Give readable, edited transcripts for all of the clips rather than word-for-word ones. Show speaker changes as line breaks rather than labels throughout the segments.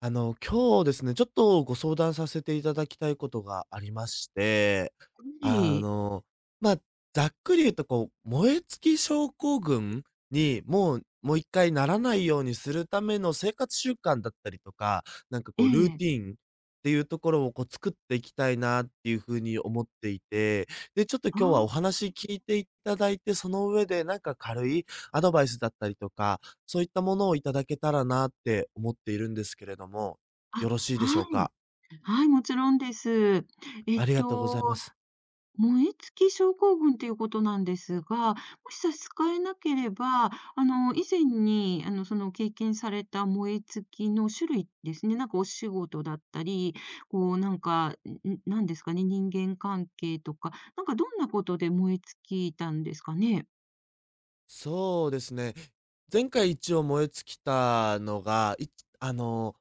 今日ですね、ちょっとご相談させていただきたいことがありまして、
は
あ
い、
の、まあ、ざっくり言うと燃え尽き症候群にもう一回ならないようにするための生活習慣だったりとか、
え
こうルー
え、
ティンっていうところをこう作っていきたいなっていうふうに思っていて、で、ちょっと
あ
今日は
あ、
お話聞いていただいて、その上で軽いアドバイスだったりとか、そういったものをいただけたらなって思っているんですけれども、
あ、
よろしいでしょ
は
う
い、
か？
はい、もちろんです。えっ
ありがとうご
と、
ざいます。
燃え尽き症候群ということなんですが、もし差し支えなければ、以前に、その経験された燃え尽きの種類ですね、なんかお仕事だったり、こう、なんか、なんですかね、人間関係とか、なんかどんなことで燃え尽きたんですかね？
そうですね。前回一応燃え尽きたのが、あの、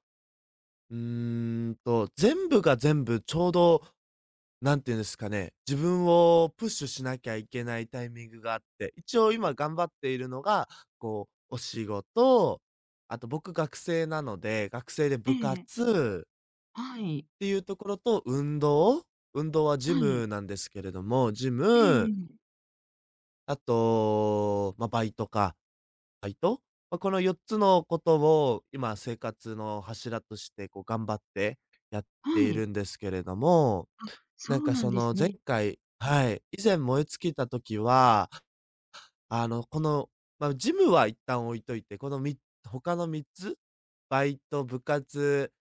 うー全部が全部ちょうど、なんて言うんですかね、自分をプッシュしなきゃいけないタイミングがあって、一応今頑張っているのが、お仕事、あと僕学生なので、学生で
え
部
え、
活
はい、
ていうところと、運動はジ
はい、
ムなんですけれども、ジ
ええ
ム、
え、
あと、バイトか、バイト？まあ、この4つのことを、今生活の柱として、こう頑張ってやっ
は
てい
い。
るんですけれども、
あ、そうなん
そ
で
の
すね。
はい、以前燃え尽きた時は、あの、この、まあ、ジムは一旦置いといて、このみ他の3つ、バイト、部活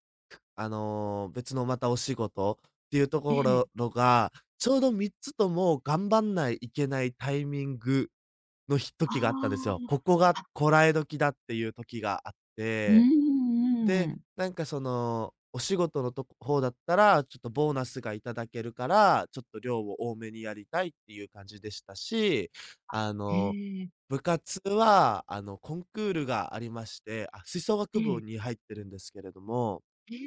別のまたお仕事っていうと
え
ころ
え。
が、ちょうど3つとも頑張んないいけないタイミング時があったんです
あ
よ。ここが
あ。あ、
こらえ時だっていう時があっ
うーんう
て、で、
んうん。
お仕事の方だったら、ちょっとボーナスがいただけるから、ちょっと量を多めにやりたいっていう感じでしたし、あの、
へえ。
部活は、コンクールがありまして、あ、吹奏楽
え
部に
え。
入ってるんですけれども
ええ。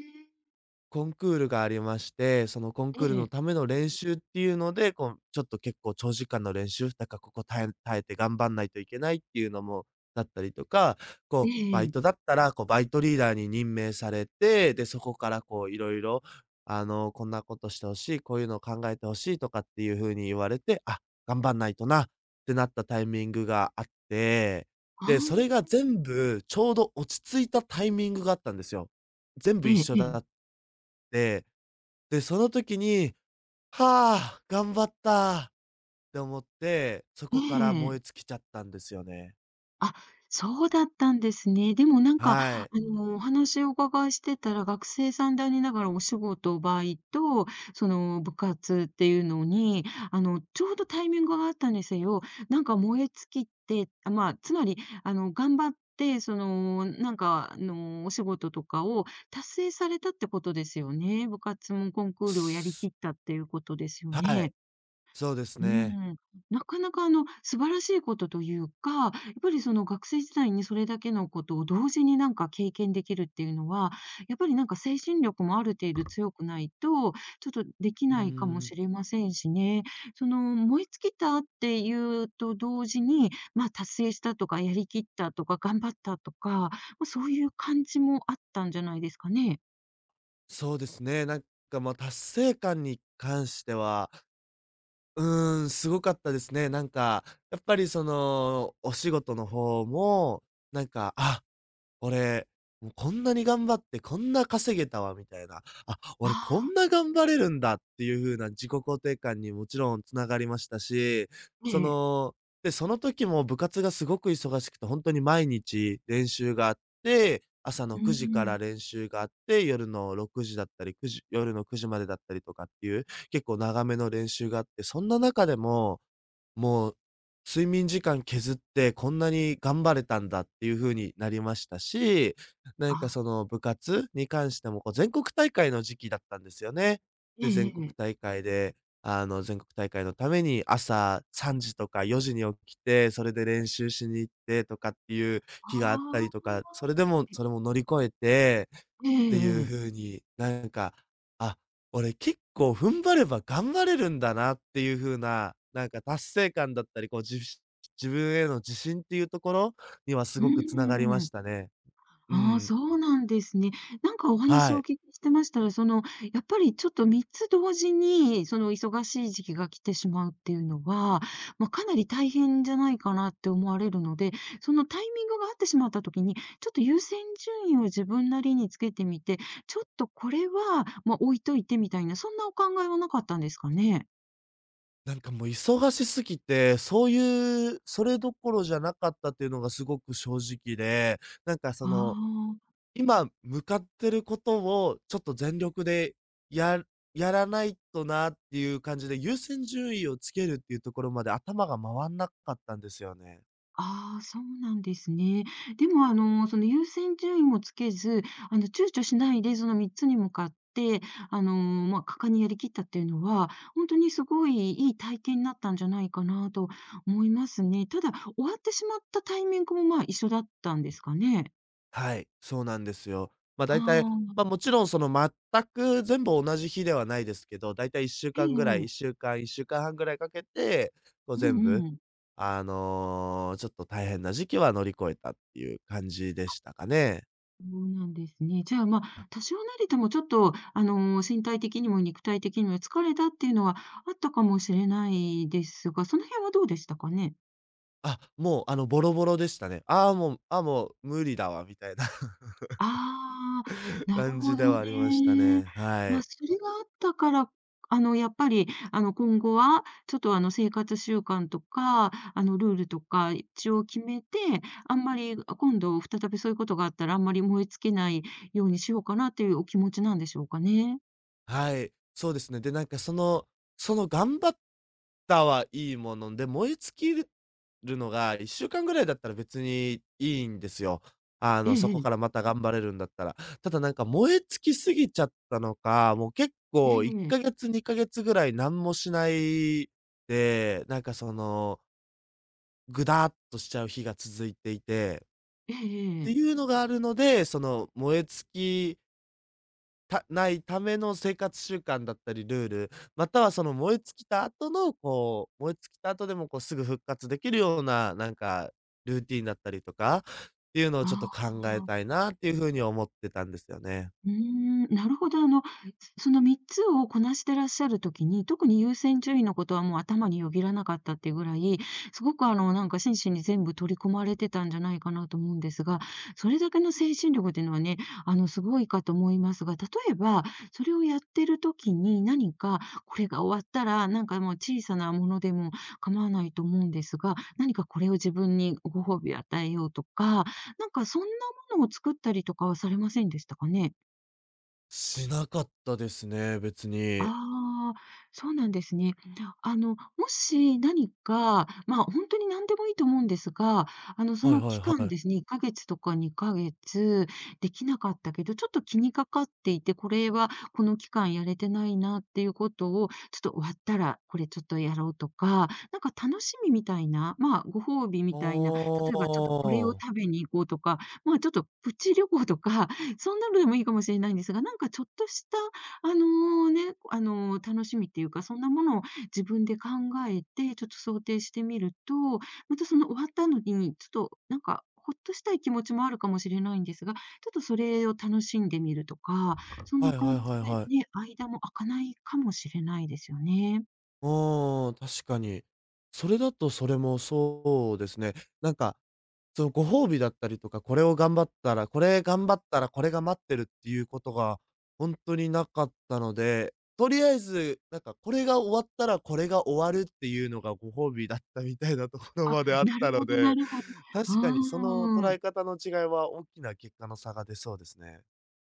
コンクールがありまして、そのコン
え
クールの
え。
ための練習っていうので、ちょっと結構長時間の練習、だからここ耐えて頑張んないといけないっていうのもだったりとか、
えええ
バイト
え。
だったら、バイトリーダーに任命されて、で、そこからいろいろこんなことしてほしい、こういうのを考えてほしいとかっていう風に言われて、あ、頑張んないとなってなったタイミングがあって、
あ
で、それ
あ。
が全部ちょうど落ち着いたタイミングがあったんですよ。全部
え
一
え
緒
え
だ
え。
でで、その時に「はあ、頑張った」って思って、そ
え
こから燃え
え。
尽きちゃったんですよね。
あ、そうだったんですね。でもなんか、
はい。
お話をお伺いしてたら、学生さんでありながらお仕事、バイト、その部活っていうのに、あの、ちょうどタイミングがあったんですよ、なんか燃え尽きて、あ、まあ、つまり、頑張って、その、なんか、お仕事とかを達成されたってことですよね。部活もコンクールをやり
す
きったっていうことですよ
はい、
ね。
そうです
う
ね。
ん、なかなかあの素晴らしいことというか、やっぱりその学生時代にそれだけのことを同時になんか経験できるっていうのは、やっぱりなんか精神力もある程度強くないと、ちょっとでき
うー
ないかも
ん、
しれませんしね。その燃え尽きたっていうと同時に、ま、達成したとか、やり切ったとか、頑張ったとか、ま、そういう感じもあったんじゃないですかね。
そうですね、達成感に関しては、すごかったですね。やっぱりその、お仕事の方も、なんか「あ、俺、もうこんなに頑張ってこんな稼げたわみたいな、あ、俺こ
あ
ん
あ、
な頑張れるんだっていう風な自己肯定感にもちろんつながりましたし、
え
そ
え。
の、で、その時も部活がすごく忙しくて、ほんとに毎日練習があって、朝の
うん
9
う
時か
ん。
ら練習があって、夜の6時だったり、9時夜の9時までだったりとかっていう、結構長めの練習があって、そんな中でももう、睡眠時間削ってこんなに頑張れたんだっていう風になりましたし、
ああ、
その部活に関しても、こう全国大会の時期だったんですよね。
え
で、
え
全国
ええ。
大会で、全国大会のために朝3時とか4時に起きて、それで練習しに行ってとかっていう
あ
日があったりとか、それ
あ。
でもそれも乗り越えて
え
っていう
えええ。
風に、あ、俺結構踏ん張れば頑張れるんだなっていう風な、なんか達成感だったり、自分への自信っていうところにはす
う
ごく繋がりま
ー
し
ん。
たね。う
ああ、
ん、
そうなんですね。なんかお
は
話をお
い。
聞きしてましたら、その、やっぱりちょっと3つ同時に、その忙しい時期が来てしまうっていうのは、ま、かなり大変じゃないかなって思われるので、そのタイミングが合ってしまった時に、ちょっと優先順位を自分なりにつけてみて、ちょっとこれは、ま、置いといてみたいな、そんなお考えはなかったんですかね？
もう忙しすぎて、そういうそれどころじゃなかったっていうのがすごく正直で、なんかそ
あ
の
あ。
今向かってることをちょっと全力でややらないとなっていう感じで、優先順位をつけるっていうところまで頭が回んなかったんですよね。
ああ、そうなんですね。でも、その優先順位もつけず、躊躇しないで、その3つに向かって、あの、まあ、果敢にやりきったっていうのは、本当にすごいいい体験になったんじゃないかなと思いますね。ただ、終わってしまったタイミングも、まあ、一緒だったんですかね？
はい、そうなんですよ。
あ
大体、ま
あ、
あ、もちろんその全く全部同じ日ではないですけど、大体1週
え
間ぐらい、
え。
1週間、1週間半ぐらいかけて、こう
う
全部、
んうん。
あの、ちょっと大変な時期は乗り越えたっていう感じでしたかね。
そうなんですね。じゃあ、ま、あ多少なりともちょっと、身体的にも肉体的にも疲れたっていうのはあったかもしれないですが、その辺はどうでしたかね？
あ、もう、あの、ボロボロでしたね。「ああ、もう無理だわ」みたいな
ああ、なる
感じ
ほ
で
ど
はありました
ね。
ね。は
まあ、
い。
それがあったから、やっぱり、今後はちょっと、生活習慣とか、ルールとか一応決めて、あんまり、あ、今度再びそういうことがあったら、あんまり燃え尽きないようにしようかなっていうお気持ちなんでしょうかね？
はい、そうですね。で、その頑張ったはいいもので、燃え尽きるのが1週間ぐらいだったら別にいいんですよ。あ
え
の、そこ
え。
からまた頑張れるんだったら。ただ、なんか、燃え尽きすぎちゃったのか、もう結
え
構1
え。
ヶ月、2ヶ月ぐらい何もしないで、ぐだーっとしちゃう日が続いていて、っ
ええ
て
え
い
え
うのがあるので、その燃え尽きたないための生活習慣だったりルール、またはその燃え尽きた後の燃え尽きた後でもこうすぐ復活できるような、なんかルーティンだったりとかっていうのを
あ
ちょっと考え
あ、あ
た
あ。
いなっていう風に思ってたんですよね。
うーん、なるほど。あの、その3つをこなしてらっしゃるときに、特に優先順位のことはもう頭によぎらなかったっていうぐらい、すごくあの、なんか真摯に全部取り込まれてたんじゃないかなと思うんですが、それだけの精神力っていうのはね、あの、すごいかと思いますが、例えば、それをやってるときに何か、これが終わったら、なんかもう小さなものでも構わないと思うんですが、何かこれを自分にご褒美与えようとか、なんかそんなものを作ったりとかはされませんでしたかね？
しなかったですね、別に。
ああ、そうなんですね。あの、もし何か、まあ、本当に何でもいいと思うんですが、あの、そ
はい
の
はい
期
は
間
い。
ですね、1ヶ月とか2ヶ月できなかったけど、ちょっと気にかかっていて、これはこの期間やれてないなっていうことを、ちょっと終わったらこれちょっとやろうとか、なんか楽しみみたいな、まあ、ご褒美
あ
みたいな、例えばちょっとこれを
あ。
食べに行こうとか、まあ、ちょっとプチ旅行とか、そんなのでもいいかもしれないんですが、なんかちょっとしたあのあの、楽しみっていうか、そんなものを自分で考えて、ちょっと想定してみると、またその終わったのに、ちょっとなんか、ほっとしたい気持ちもあるかもしれないんですが、ちょっとそれを楽しんでみるとか、そん
は
な
いはい
感じ
はいは
で
い。
ね、間も空かないかもしれないですよね。
うん、確かに。それだとそれもそうですね。なんか、そのご褒美だったりとか、これ頑張ったらこれが待ってるっていうことがほんとになかったので、とりあえず、なんかこれが終わったらこれが終わるっていうのがご褒美だったみたいなところ
あ、
まであっ
なる
たの
ほどな
で、
るほど。
確かにその
うー
捉
ん。
え方の違いは大きな結果の差が出そうですね。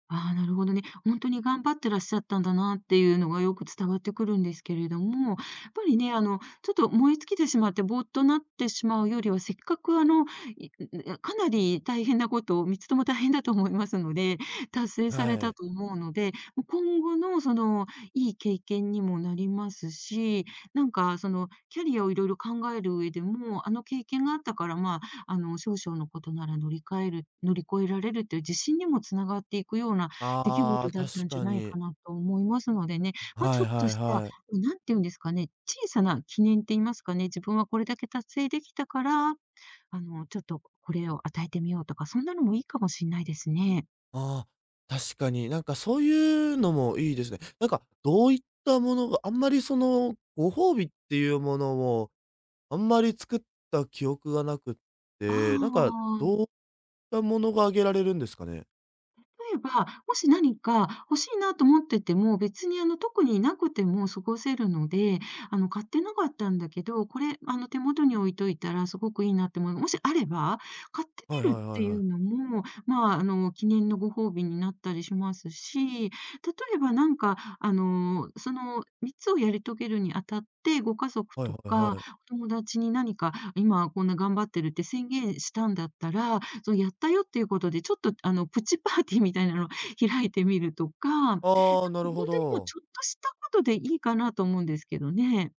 ああ、なるほどね。本当に頑張ってらっしゃったんだなっていうのがよく伝わってくるんですけれども、やっぱりね、ちょっと燃え尽きてしまってぼーっとなってしまうよりは、せっかくあの、いかなり大変なことを3つとも大変だと思いますので、達成され
は
た
い。
と思うので、もう今後のその、いい経験にもなりますし、なんかその、キャリアをいろいろ考える上でも、あの経験があったから、まあ、少々のことなら乗り換える乗り越えられるっていう自信にもつながっていくような出来
ああ、
事だった
確
んじゃ
か
ない
に。
かなと思いますのでね、まあ、
は
ちょ
い
っ
は
と
い
した、
はい。
なんていうんですかね、小さな記念って言いますかね、自分はこれだけ達成できたから、ちょっとこれを与えてみようとか、そんなのもいいかもしれないですね。
ああ、確かに。なんかそういうのもいいですね。どういったものが、あんまりその、ご褒美っていうものを、あんまり作った記憶がなくって、
あ
どう
あ。
いったものがあげられるんですかね？
えば、もし何か欲しいなと思ってても、別にあの特になくても過ごせるので、あの買ってなかったんだけど、これあの手元に置いといたらすごくいいなって思うの、もしあれば買って
はいは
み
い
るっ
は
て
い
い
はい。
うのも、まあ、あの記念のご褒美になったりしますし、例えばなんか、その3つをやり遂げるにあたって、ご家族
はい
と
はい
か
はい。
お友達に何か今こんな頑張ってるって宣言したんだったら、そう、やったよっていうことで、ちょっとあの、プチパーティーみたいなのを開いてみるとか、ほん
ああ、なるほ
とにもう
ど。
ちょっとしたことでいいかなと思うんですけどね。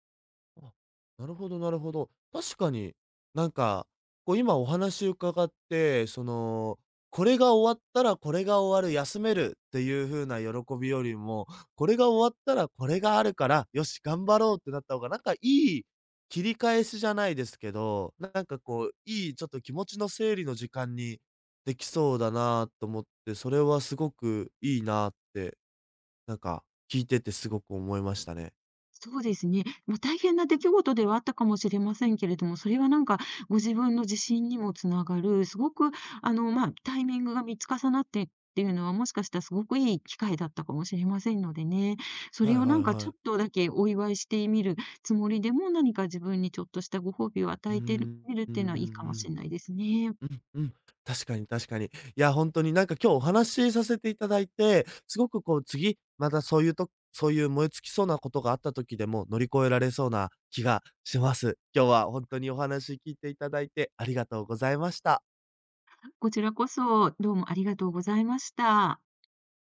あ、なるほどなるほど。確かに、なんか、今お話伺って、これが終わったらこれが終わる、休めるっていう風な喜びよりも、これが終わったらこれがあるから、よし頑張ろうってなった方が、いい切り返しじゃないですけど、いいちょっと気持ちの整理の時間にできそうだなと思って、それはすごくいいなって、なんか聞いててすごく思いましたね。
そうですね。まあ、大変な出来事ではあったかもしれませんけれども、それはなんかご自分の自信にもつながる、すごくあの、まあ、タイミングが見つ重なってっていうのは、もしかしたらすごくいい機会だったかもしれませんのでね。そ
は
れ
いはい
をなんか
は
ちょ
い。
っとだけお祝いしてみるつもりでも、何か自分にちょっとしたご褒美を
うー
与えて
ん、
みるっ
うんう
ていうのはいいかも
んう
し
ん。
れないですね。
うんうん。確かに確かに。いや、ほんとになんか今日お話しさせていただいて、すごくこう次、またそういうとそういう燃え尽きそうなことがあった時でも乗り越えられそうな気がします。今日はほんとにお話聞いていただいてありがとうございました。
こちらこそ、どうもありがとうございました。